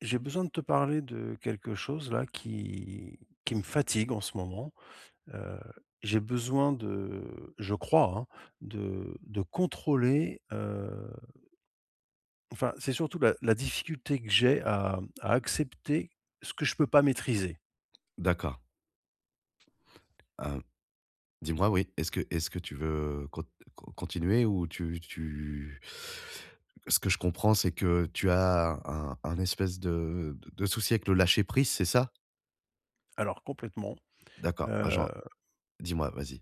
J'ai besoin de te parler de quelque chose là qui me fatigue en ce moment. Heu, j'ai besoin de je crois, hein, de contrôler, enfin, c'est surtout la difficulté que j'ai à accepter ce que je peux pas maîtriser. D'accord. Hem, Dis-moi, oui, est-ce que tu veux continuer ou tu ce que je comprends, c'est que tu as un espèce de souci avec le lâcher prise, c'est ça? Alors complètement, D'accord, bah, heu, j'en dis-moi, vas-y.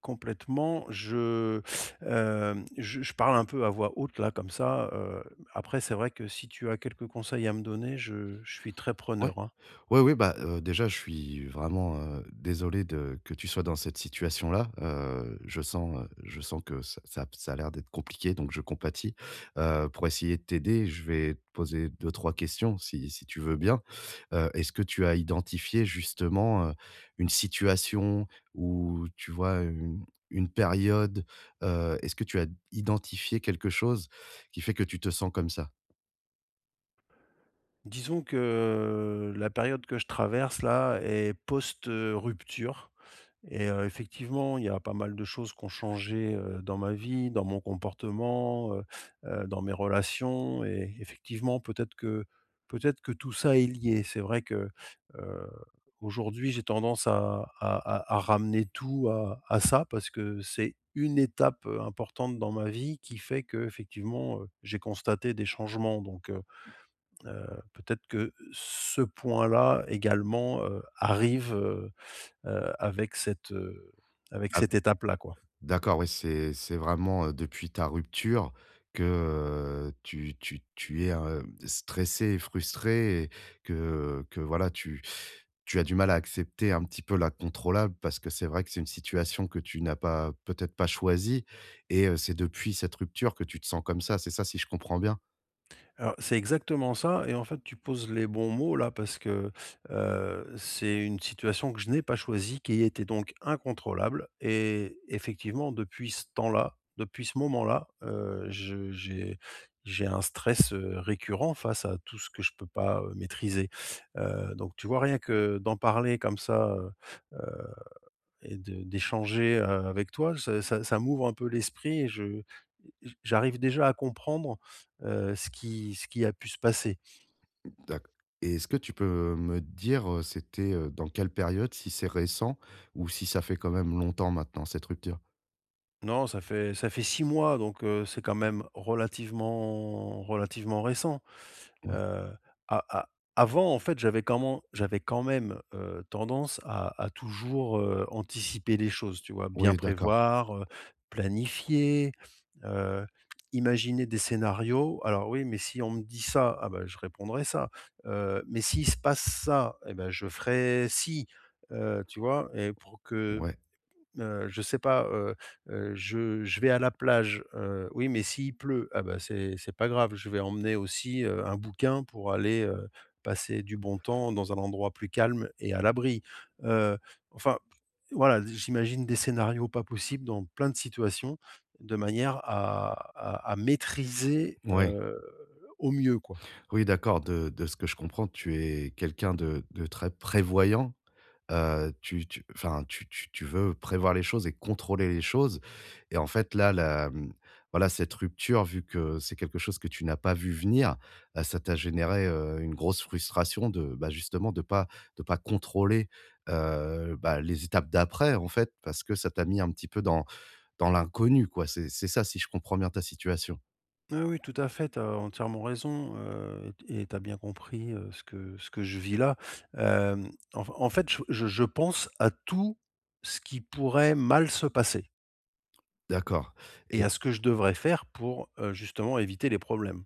complètement, je, hem, je parle un peu à voix haute là comme ça, après c'est vrai que si tu as quelques conseils à me donner, je suis très Ouais. preneur, hein. Oui, oui, bah, déjà, je suis vraiment, désolé de que tu sois dans cette situation-là. Je sens que ça a l'air d'être compliqué, donc je compatis. Pour essayer de t'aider, je vais te poser deux-trois questions si tu veux bien. Est-ce que tu as identifié justement, une situation ou tu vois, une période? Est-ce que tu as identifié quelque chose qui fait que tu te sens comme ça? Disons que la période que je traverse là est post, rupture et effectivement, il y a pas mal de choses qui ont changé, dans ma vie, dans mon comportement, dans mes relations et effectivement, peut-être que tout ça est lié. C'est vrai que, heu, aujourd'hui, j'ai tendance à ramener tout à ça parce que c'est une étape, importante dans ma vie qui fait qu'effectivement, j'ai constaté des changements. Peut-être que ce point-là également, arrive, heu, avec cette, heu, avec Ah, cette étape-là, quoi. D'accord, oui, c'est vraiment, depuis ta rupture que, tu es, stressée et frustré et que voilà, tu tu as du mal à accepter un petit peu l'incontrôlable parce que c'est vrai que c'est une situation que tu n'as pas peut-être pas choisie et c'est depuis cette rupture que tu te sens comme ça, c'est ça si je comprends bien? Alors, c'est exactement ça et en fait, tu poses les bons mots là parce que, c'est une situation que je n'ai pas choisie, qui était donc incontrôlable et effectivement depuis ce temps-là, depuis ce moment-là, je j'ai un stress, récurrent face à tout ce que je peux pas, maîtriser. Donc tu vois, rien que d'en parler comme ça, et de d'échanger, avec toi, ça m'ouvre un peu l'esprit et je j'arrive déjà à comprendre, ce qui a pu se passer. D'acc Et est-ce que tu peux me dire, c'était, dans quelle période? Si c'est récent ou si ça fait quand même longtemps maintenant cette rupture? Non, ça fait 6 mois donc, c'est quand même relativement récent. Ouais. Heu, a a avant, en fait, j'avais quand même, tendance à toujours, anticiper les choses, tu vois? Bien Oui, d'accord. prévoir, planifier, heu, imaginer des scénarios. Alors oui, mais si on me dit ça, ah ben je répondrai ça. Mais s'il se passe ça, et ben je ferai si, tu vois? Et pour que Ouais. Je sais pas, je vais à la plage, oui, mais s'il pleut, ah bah, c'est pas grave, je vais emmener aussi, un bouquin pour aller, passer du bon temps dans un endroit plus calme et à l'abri. Heu, enfin, voilà, j'imagine des scénarios pas possibles dans plein de situations, de manière à maîtriser, Ouais. Au mieux, quoi. Oui, d'accord. De ce que je comprends, tu es quelqu'un de très prévoyant. Tu tu enfin, tu veux prévoir les choses et contrôler les choses et en fait, là, la, voilà, cette rupture, vu que c'est quelque chose que tu n'as pas vu venir, ça t'a généré, une grosse frustration de, bah, justement, de pas contrôler, bah, les étapes d'après, en fait, parce que ça t'a mis un petit peu dans dans l'inconnu, quoi. C'est ça, si je comprends bien ta situation? Oui, oui, tout à fait, tu as entièrement raison, et tu as bien compris, ce que je vis là. Hem, en en fait, je pense à tout ce qui pourrait mal se passer D'accord. et à ce que je devrais faire pour, justement éviter les problèmes.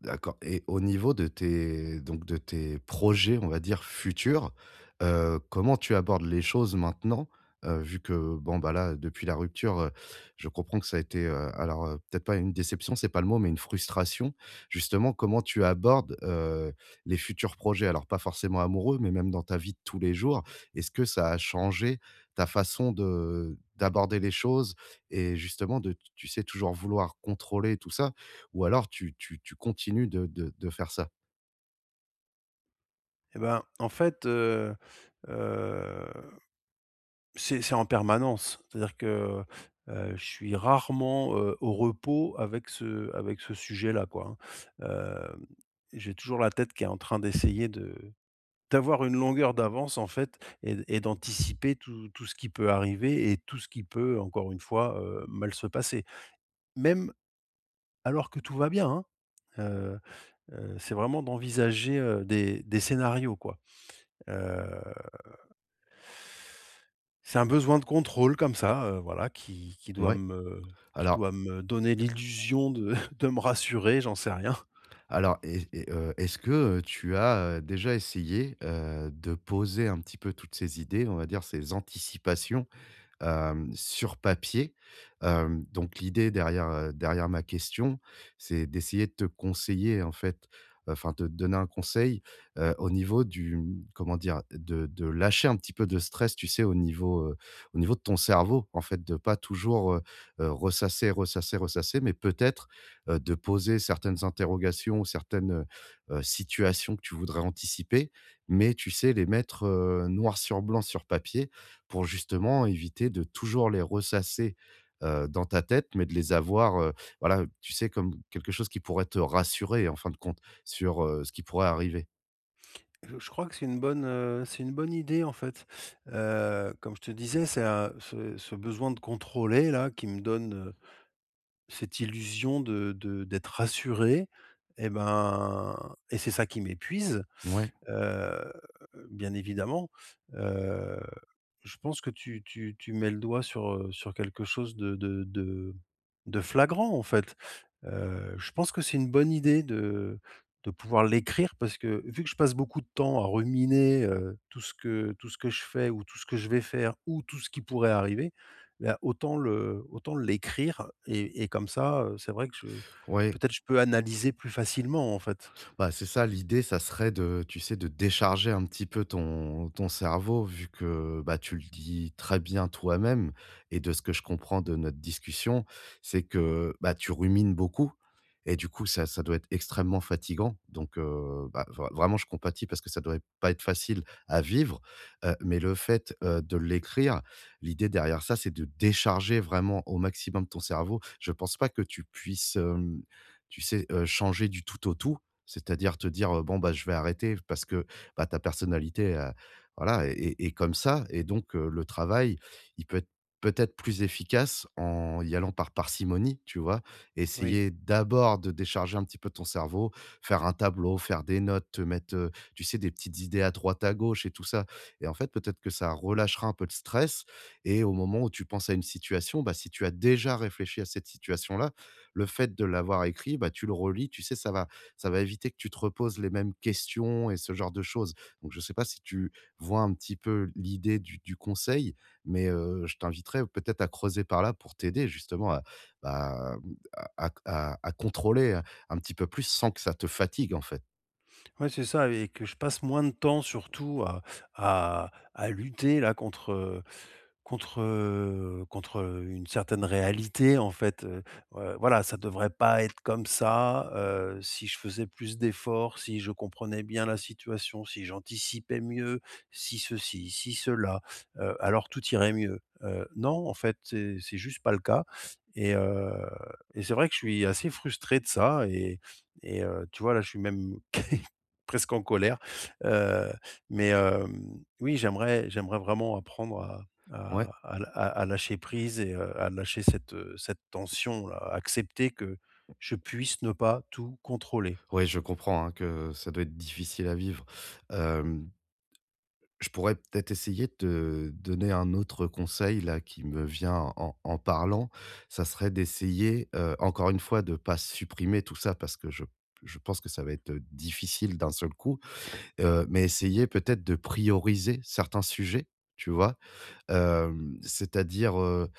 D'accord et au niveau de tes donc de tes projets, on va dire, futurs, comment tu abordes les choses maintenant? Vu que, bon, bah, là, depuis la rupture, je comprends que ça a été, alors, peut-être pas une déception, c'est pas le mot, mais une frustration. Justement, comment tu abordes, les futurs projets? Alors pas forcément amoureux, mais même dans ta vie de tous les jours. Est-ce que ça a changé ta façon de d'aborder les choses et justement de, tu sais, toujours vouloir contrôler tout ça? Ou alors tu continues de faire ça. Et ben, en fait, heu, c'est en permanence. C'est-à-dire que, je suis rarement, au repos avec ce sujet-là, quoi, hein. J'ai toujours la tête qui est en train d'essayer de d'avoir une longueur d'avance en fait et d'anticiper tout ce qui peut arriver et tout ce qui peut encore une fois, mal se passer. Même alors que tout va bien, hein, heu c'est vraiment d'envisager, des scénarios quoi, heu c'est un besoin de contrôle comme ça, voilà, Ouais. Qui Alors doit me donner l'illusion de de me rassurer, j'en sais rien. alors et est-ce que, tu as, déjà essayé, de poser un petit peu toutes ces idées, on va dire ces anticipations, sur papier. Donc l'idée derrière, derrière ma question, c'est d'essayer de te conseiller en fait, enfin de te donner un conseil, au niveau du, comment dire? De lâcher un petit peu de stress, tu sais? Au niveau de ton cerveau en fait, de pas toujours, ressasser, ressasser, ressasser, mais peut-être, de poser certaines interrogations, certaines, situations que tu voudrais anticiper, mais tu sais? Les mettre, noir sur blanc sur papier pour justement éviter de toujours les ressasser, dans ta tête, mais de les avoir, voilà, tu sais, comme quelque chose qui pourrait te rassurer en fin de compte sur, ce qui pourrait arriver. Je crois que c'est une bonne idée en fait. Comme je te disais, c'est un ce ce besoin de contrôler là qui me donne, cette illusion de d'être rassuré et ben et c'est ça qui m'épuise. Mouais. Heu, Bien évidemment, heu, je pense que tu mets le doigt sur, sur quelque chose de flagrant, en fait. Je pense que c'est une bonne idée de pouvoir l'écrire parce que vu que je passe beaucoup de temps à ruminer, tout ce que je fais ou tout ce que je vais faire ou tout ce qui pourrait arriver, bah, autant l'écrire et comme ça, c'est vrai que je Ouais, peut-être je peux analyser plus facilement, en fait. bah, c'est ça, l'idée, ça serait de tu sais, de décharger un petit peu ton ton cerveau vu que, bah, tu le dis très bien toi-même et de ce que je comprends de notre discussion, c'est que, bah, tu rumines beaucoup et du coup ça doit être extrêmement fatigant donc bah, vraiment je compatis parce que ça doit pas être facile à vivre, mais le fait, de l'écrire, l'idée derrière ça, c'est de décharger vraiment au maximum ton cerveau. Je pense pas que tu puisses, tu sais, changer du tout au tout c'est-à-dire te dire, «Bon, bah, je vais arrêter» parce que, bah, ta personnalité, voilà, est comme ça et donc le travail, il peut être peut-être plus efficace en y allant par parcimonie, tu vois? Oui. Essayer d'abord de décharger un petit peu ton cerveau, faire un tableau, faire des notes, te mettre, tu sais, des petites idées à droite, à gauche et tout ça et en fait, peut-être que ça relâchera un peu le stress et au moment où tu penses à une situation, bah, si tu as déjà réfléchi à cette situation-là, le fait de l'avoir écrit, bah, tu le relis, tu sais, ça va éviter que tu te reposes les mêmes questions et ce genre de choses. Donc, je ne sais pas si tu vois un petit peu l'idée du conseil, mais je t'inviterais peut-être à creuser par là pour t'aider justement à, bah, à contrôler un petit peu plus sans que ça te fatigue, en fait. Ouais, c'est ça et que je passe moins de temps surtout à lutter là contre, contre une certaine réalité en fait, voilà, ça devrait pas être comme ça, si je faisais plus d'efforts, si je comprenais bien la situation, si j'anticipais mieux, si ceci, si cela, alors tout irait mieux. Non, en fait, c'est juste pas le cas et heu et c'est vrai que je suis assez frustré de ça et tu vois, là, je suis même presque en colère. Heu, oui, j'aimerais vraiment apprendre à à Ouais, à à à lâcher prise et à lâcher cette, cette tension-là, accepter que je puisse ne pas tout contrôler. ouais, je comprends, hein, que ça doit être difficile à vivre. Hem Je pourrais peut-être essayer de te donner un autre conseil là qui me vient en, en parlant. Ça serait d'essayer, encore une fois, de pas supprimer tout ça parce que je pense que ça va être difficile d'un seul coup, mais essayer peut-être de prioriser certains sujets, tu vois, c'est-à-dire,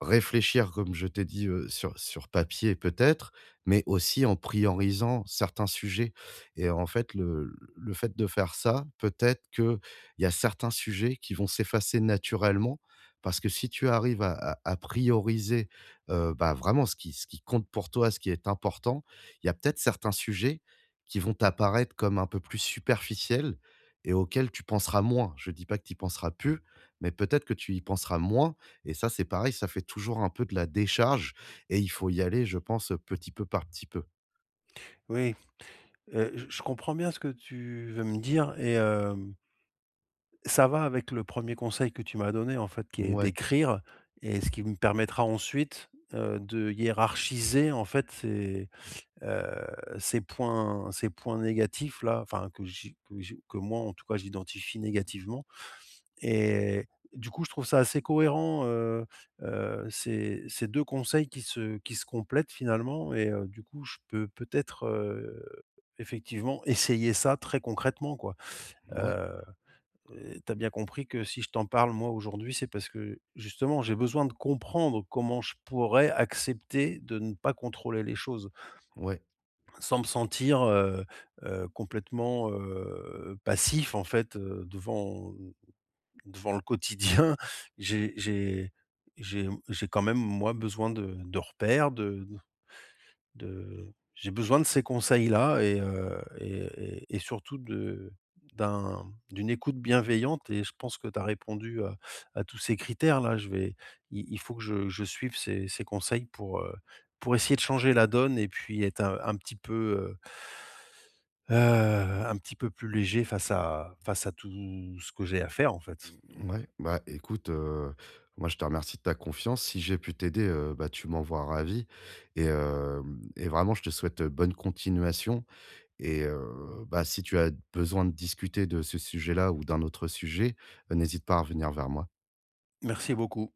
réfléchir comme je t'ai dit, sur sur papier peut-être, mais aussi en priorisant certains sujets et en fait le fait de faire ça, peut-être qu'il y a certains sujets qui vont s'effacer naturellement parce que si tu arrives à prioriser, bah, vraiment ce qui compte pour toi, ce qui est important, il y a peut-être certains sujets qui vont t'apparaître comme un peu plus superficiels et auxquels tu penseras moins. Je ne dis pas que tu penseras plus, mais peut-être que tu y penseras moins et ça, c'est pareil, ça fait toujours un peu de la décharge et il faut y aller, je pense, petit peu par petit peu. Oui, je comprends bien ce que tu veux me dire et ça va avec le premier conseil que tu m'as donné, en fait, qui est Ouais, d'écrire et ce qui me permettra ensuite, de hiérarchiser, en fait, heu, ces points négatifs-là, enfin que j'ai que j'ai que moi en tout cas j'identifie négativement et du coup je trouve ça assez cohérent, ces ces 2 conseils qui se complètent finalement et du coup je peux peut-être, effectivement essayer ça très concrètement quoi. ouais, Heu et tu bien compris que si je t'en parle moi aujourd'hui, c'est parce que justement j'ai besoin de comprendre comment je pourrais accepter de ne pas contrôler les choses. ouais, Sans me sentir, complètement, passif en fait, devant devant le quotidien. J'ai j'ai j'ai quand même moi besoin de repères, de j'ai besoin de ces conseils-là et surtout de d'un d'une écoute bienveillante et je pense que tu as répondu à tous ces critères-là. Je vais il faut que je suive ces ces conseils pour essayer de changer la donne et puis être un petit peu, heu un petit peu plus léger face à tout ce que j'ai à faire, en fait. ouais. Bah, écoute, moi, je te remercie de ta confiance. Si j'ai pu t'aider, bah, tu m'envoies vois ravi et hem et vraiment, je te souhaite, bonne continuation et bah, si tu as besoin de discuter de ce sujet-là ou d'un autre sujet, n'hésite pas à revenir vers moi. Merci beaucoup.